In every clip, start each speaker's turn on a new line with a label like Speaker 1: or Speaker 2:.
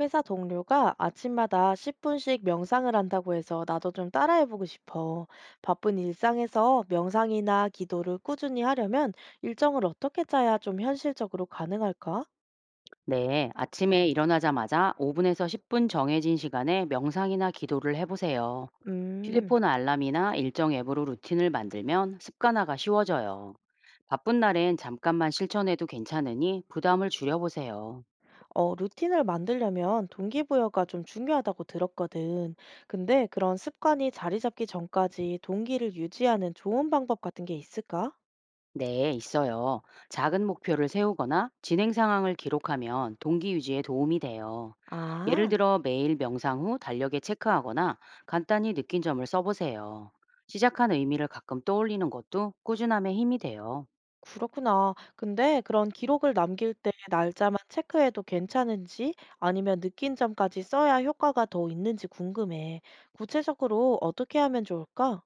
Speaker 1: 회사 동료가 아침마다 10분씩 명상을 한다고 해서 나도 좀 따라해보고 싶어. 바쁜 일상에서 명상이나 기도를 꾸준히 하려면 일정을 어떻게 짜야 좀 현실적으로 가능할까?
Speaker 2: 네, 아침에 일어나자마자 5분에서 10분 정해진 시간에 명상이나 기도를 해보세요.
Speaker 1: 음,
Speaker 2: 휴대폰 알람이나 일정 앱으로 루틴을 만들면 습관화가 쉬워져요. 바쁜 날엔 잠깐만 실천해도 괜찮으니 부담을 줄여보세요.
Speaker 1: 어, 루틴을 만들려면 동기부여가 좀 중요하다고 들었거든. 근데 그런 습관이 자리 잡기 전까지 동기를 유지하는 좋은 방법 같은 게 있을까?
Speaker 2: 네, 있어요. 작은 목표를 세우거나 진행 상황을 기록하면 동기 유지에 도움이 돼요. 예를
Speaker 1: 아.
Speaker 2: 들어 매일 명상 후 달력에 체크하거나 간단히 느낀 점을 써보세요. 시작한 의미를 가끔 떠올리는 것도 꾸준함에 힘이 돼요.
Speaker 1: 그렇구나. 근데 그런 기록을 남길 때 날짜만 체크해도 괜찮은지 아니면 느낀 점까지 써야 효과가 더 있는지 궁금해. 구체적으로 어떻게 하면 좋을까?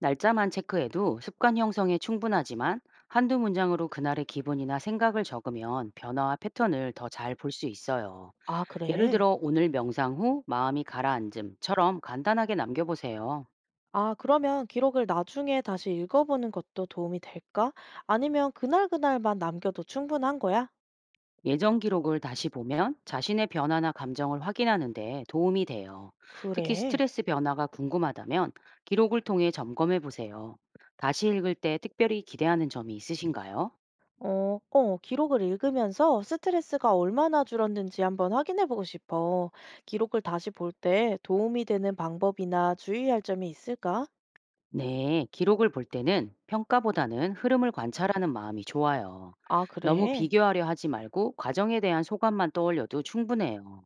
Speaker 2: 날짜만 체크해도 습관 형성에 충분하지만 한두 문장으로 그날의 기분이나 생각을 적으면 변화와 패턴을 더 잘 볼 수 있어요.
Speaker 1: 아,
Speaker 2: 예를
Speaker 1: 그래.
Speaker 2: 들어 오늘 명상 후 마음이 가라앉음처럼 간단하게 남겨보세요.
Speaker 1: 아, 그러면 기록을 나중에 다시 읽어보는 것도 도움이 될까? 아니면 그날그날만 남겨도 충분한 거야?
Speaker 2: 예전 기록을 다시 보면 자신의 변화나 감정을 확인하는데 도움이 돼요. 특히
Speaker 1: 그래.
Speaker 2: 스트레스 변화가 궁금하다면 기록을 통해 점검해 보세요. 다시 읽을 때 특별히 기대하는 점이 있으신가요?
Speaker 1: 기록을 읽으면서 스트레스가 얼마나 줄었는지 한번 확인해 보고 싶어. 기록을 다시 볼 때 도움이 되는 방법이나 주의할 점이 있을까?
Speaker 2: 네, 기록을 볼 때는 평가보다는 흐름을 관찰하는 마음이 좋아요.
Speaker 1: 아,
Speaker 2: 너무
Speaker 1: 그래.
Speaker 2: 비교하려 하지 말고 과정에 대한 소감만 떠올려도 충분해요.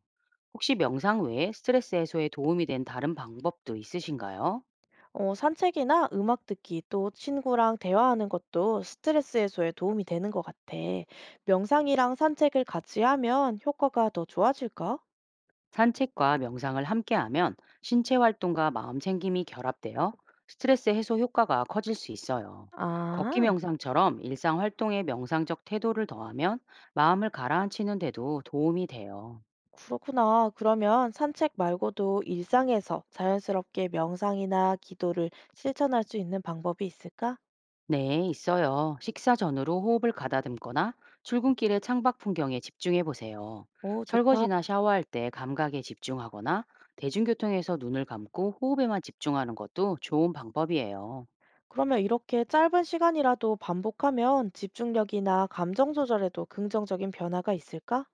Speaker 2: 혹시 명상 외에 스트레스 해소에 도움이 된 다른 방법도 있으신가요?
Speaker 1: 어, 산책이나 음악 듣기, 또 친구랑 대화하는 것도 스트레스 해소에 도움이 되는 것 같아. 명상이랑 산책을 같이 하면 효과가 더 좋아질까?
Speaker 2: 산책과 명상을 함께하면 신체 활동과 마음 챙김이 결합되어 스트레스 해소 효과가 커질 수 있어요. 걷기
Speaker 1: 아.
Speaker 2: 명상처럼 일상 활동에 명상적 태도를 더하면 마음을 가라앉히는 데도 도움이 돼요.
Speaker 1: 그렇구나. 그러면 산책 말고도 일상에서 자연스럽게 명상이나 기도를 실천할 수 있는 방법이 있을까?
Speaker 2: 네, 있어요. 식사 전으로 호흡을 가다듬거나 출근길의 창밖 풍경에 집중해 보세요.
Speaker 1: 오, 좋다.
Speaker 2: 설거지나 샤워할 때 감각에 집중하거나 대중교통에서 눈을 감고 호흡에만 집중하는 것도 좋은 방법이에요.
Speaker 1: 그러면 이렇게 짧은 시간이라도 반복하면 집중력이나 감정 조절에도 긍정적인 변화가 있을까?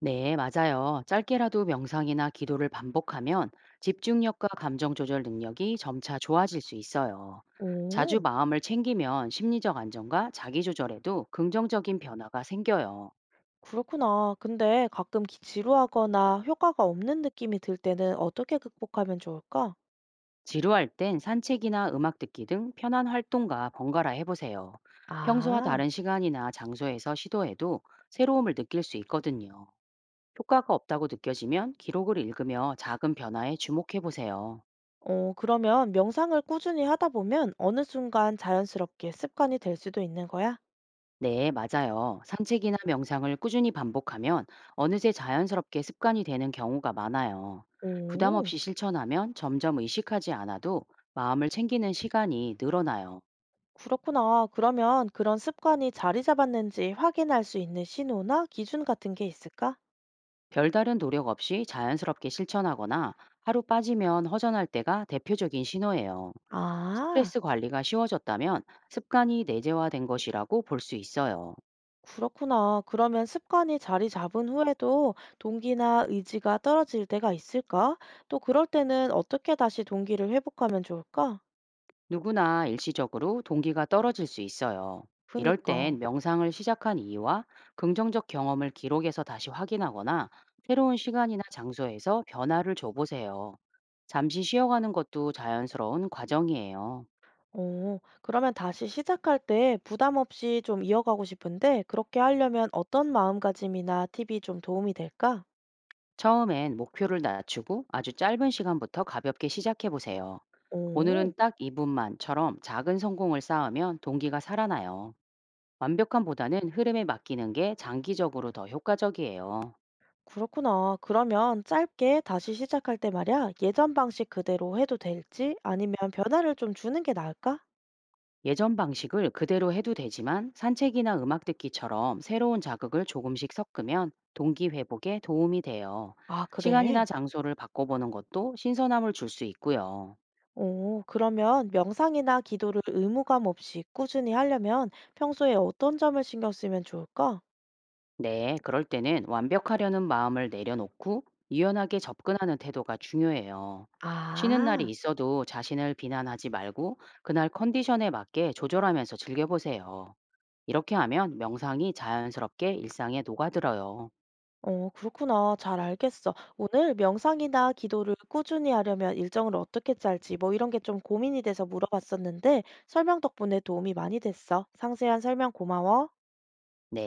Speaker 2: 네, 맞아요. 짧게라도 명상이나 기도를 반복하면 집중력과 감정 조절 능력이 점차 좋아질 수 있어요. 자주
Speaker 1: 오,
Speaker 2: 마음을 챙기면 심리적 안정과 자기 조절에도 긍정적인 변화가 생겨요.
Speaker 1: 그렇구나. 근데 가끔 지루하거나 효과가 없는 느낌이 들 때는 어떻게 극복하면 좋을까?
Speaker 2: 지루할 땐 산책이나 음악 듣기 등 편한 활동과 번갈아 해보세요. 평소와
Speaker 1: 아,
Speaker 2: 다른 시간이나 장소에서 시도해도 새로움을 느낄 수 있거든요. 효과가 없다고 느껴지면 기록을 읽으며 작은 변화에 주목해보세요.
Speaker 1: 어, 그러면 명상을 꾸준히 하다 보면 어느 순간 자연스럽게 습관이 될 수도 있는 거야?
Speaker 2: 네, 맞아요. 산책이나 명상을 꾸준히 반복하면 어느새 자연스럽게 습관이 되는 경우가 많아요. 부담
Speaker 1: 오,
Speaker 2: 없이 실천하면 점점 의식하지 않아도 마음을 챙기는 시간이 늘어나요.
Speaker 1: 그렇구나. 그러면 그런 습관이 자리 잡았는지 확인할 수 있는 신호나 기준 같은 게 있을까?
Speaker 2: 별다른 노력 없이 자연스럽게 실천하거나 하루 빠지면 허전할 때가 대표적인 신호예요.
Speaker 1: 아,
Speaker 2: 스트레스 관리가 쉬워졌다면 습관이 내재화된 것이라고 볼 수 있어요.
Speaker 1: 그렇구나. 그러면 습관이 자리 잡은 후에도 동기나 의지가 떨어질 때가 있을까? 또 그럴 때는 어떻게 다시 동기를 회복하면 좋을까?
Speaker 2: 누구나 일시적으로 동기가 떨어질 수 있어요. 이럴 땐
Speaker 1: 그니까.
Speaker 2: 명상을 시작한 이유와 긍정적 경험을 기록해서 다시 확인하거나 새로운 시간이나 장소에서 변화를 줘보세요. 잠시 쉬어가는 것도 자연스러운 과정이에요.
Speaker 1: 오, 그러면 다시 시작할 때 부담 없이 좀 이어가고 싶은데 그렇게 하려면 어떤 마음가짐이나 팁이 좀 도움이 될까?
Speaker 2: 처음엔 목표를 낮추고 아주 짧은 시간부터 가볍게 시작해보세요.
Speaker 1: 오.
Speaker 2: 오늘은 딱 2분만처럼 작은 성공을 쌓으면 동기가 살아나요. 완벽함보다는 흐름에 맡기는 게 장기적으로 더 효과적이에요.
Speaker 1: 그렇구나. 그러면 짧게 다시 시작할 때 말이야, 예전 방식 그대로 해도 될지 아니면 변화를 좀 주는 게 나을까?
Speaker 2: 예전 방식을 그대로 해도 되지만 산책이나 음악 듣기처럼 새로운 자극을 조금씩 섞으면 동기 회복에 도움이 돼요.
Speaker 1: 아,
Speaker 2: 시간이나
Speaker 1: 그래.
Speaker 2: 장소를 바꿔보는 것도 신선함을 줄 수 있고요.
Speaker 1: 오, 그러면 명상이나 기도를 의무감 없이 꾸준히 하려면 평소에 어떤 점을 신경 쓰면 좋을까?
Speaker 2: 네, 그럴 때는 완벽하려는 마음을 내려놓고 유연하게 접근하는 태도가 중요해요. 쉬는 날이
Speaker 1: 아,
Speaker 2: 있어도 자신을 비난하지 말고 그날 컨디션에 맞게 조절하면서 즐겨보세요. 이렇게 하면 명상이 자연스럽게 일상에 녹아들어요.
Speaker 1: 어, 그렇구나. 잘 알겠어. 오늘 명상이나 기도를 꾸준히 하려면 일정을 어떻게 짤지 뭐 이런 게 좀 고민이 돼서 물어봤었는데 설명 덕분에 도움이 많이 됐어. 상세한 설명 고마워.
Speaker 2: 네.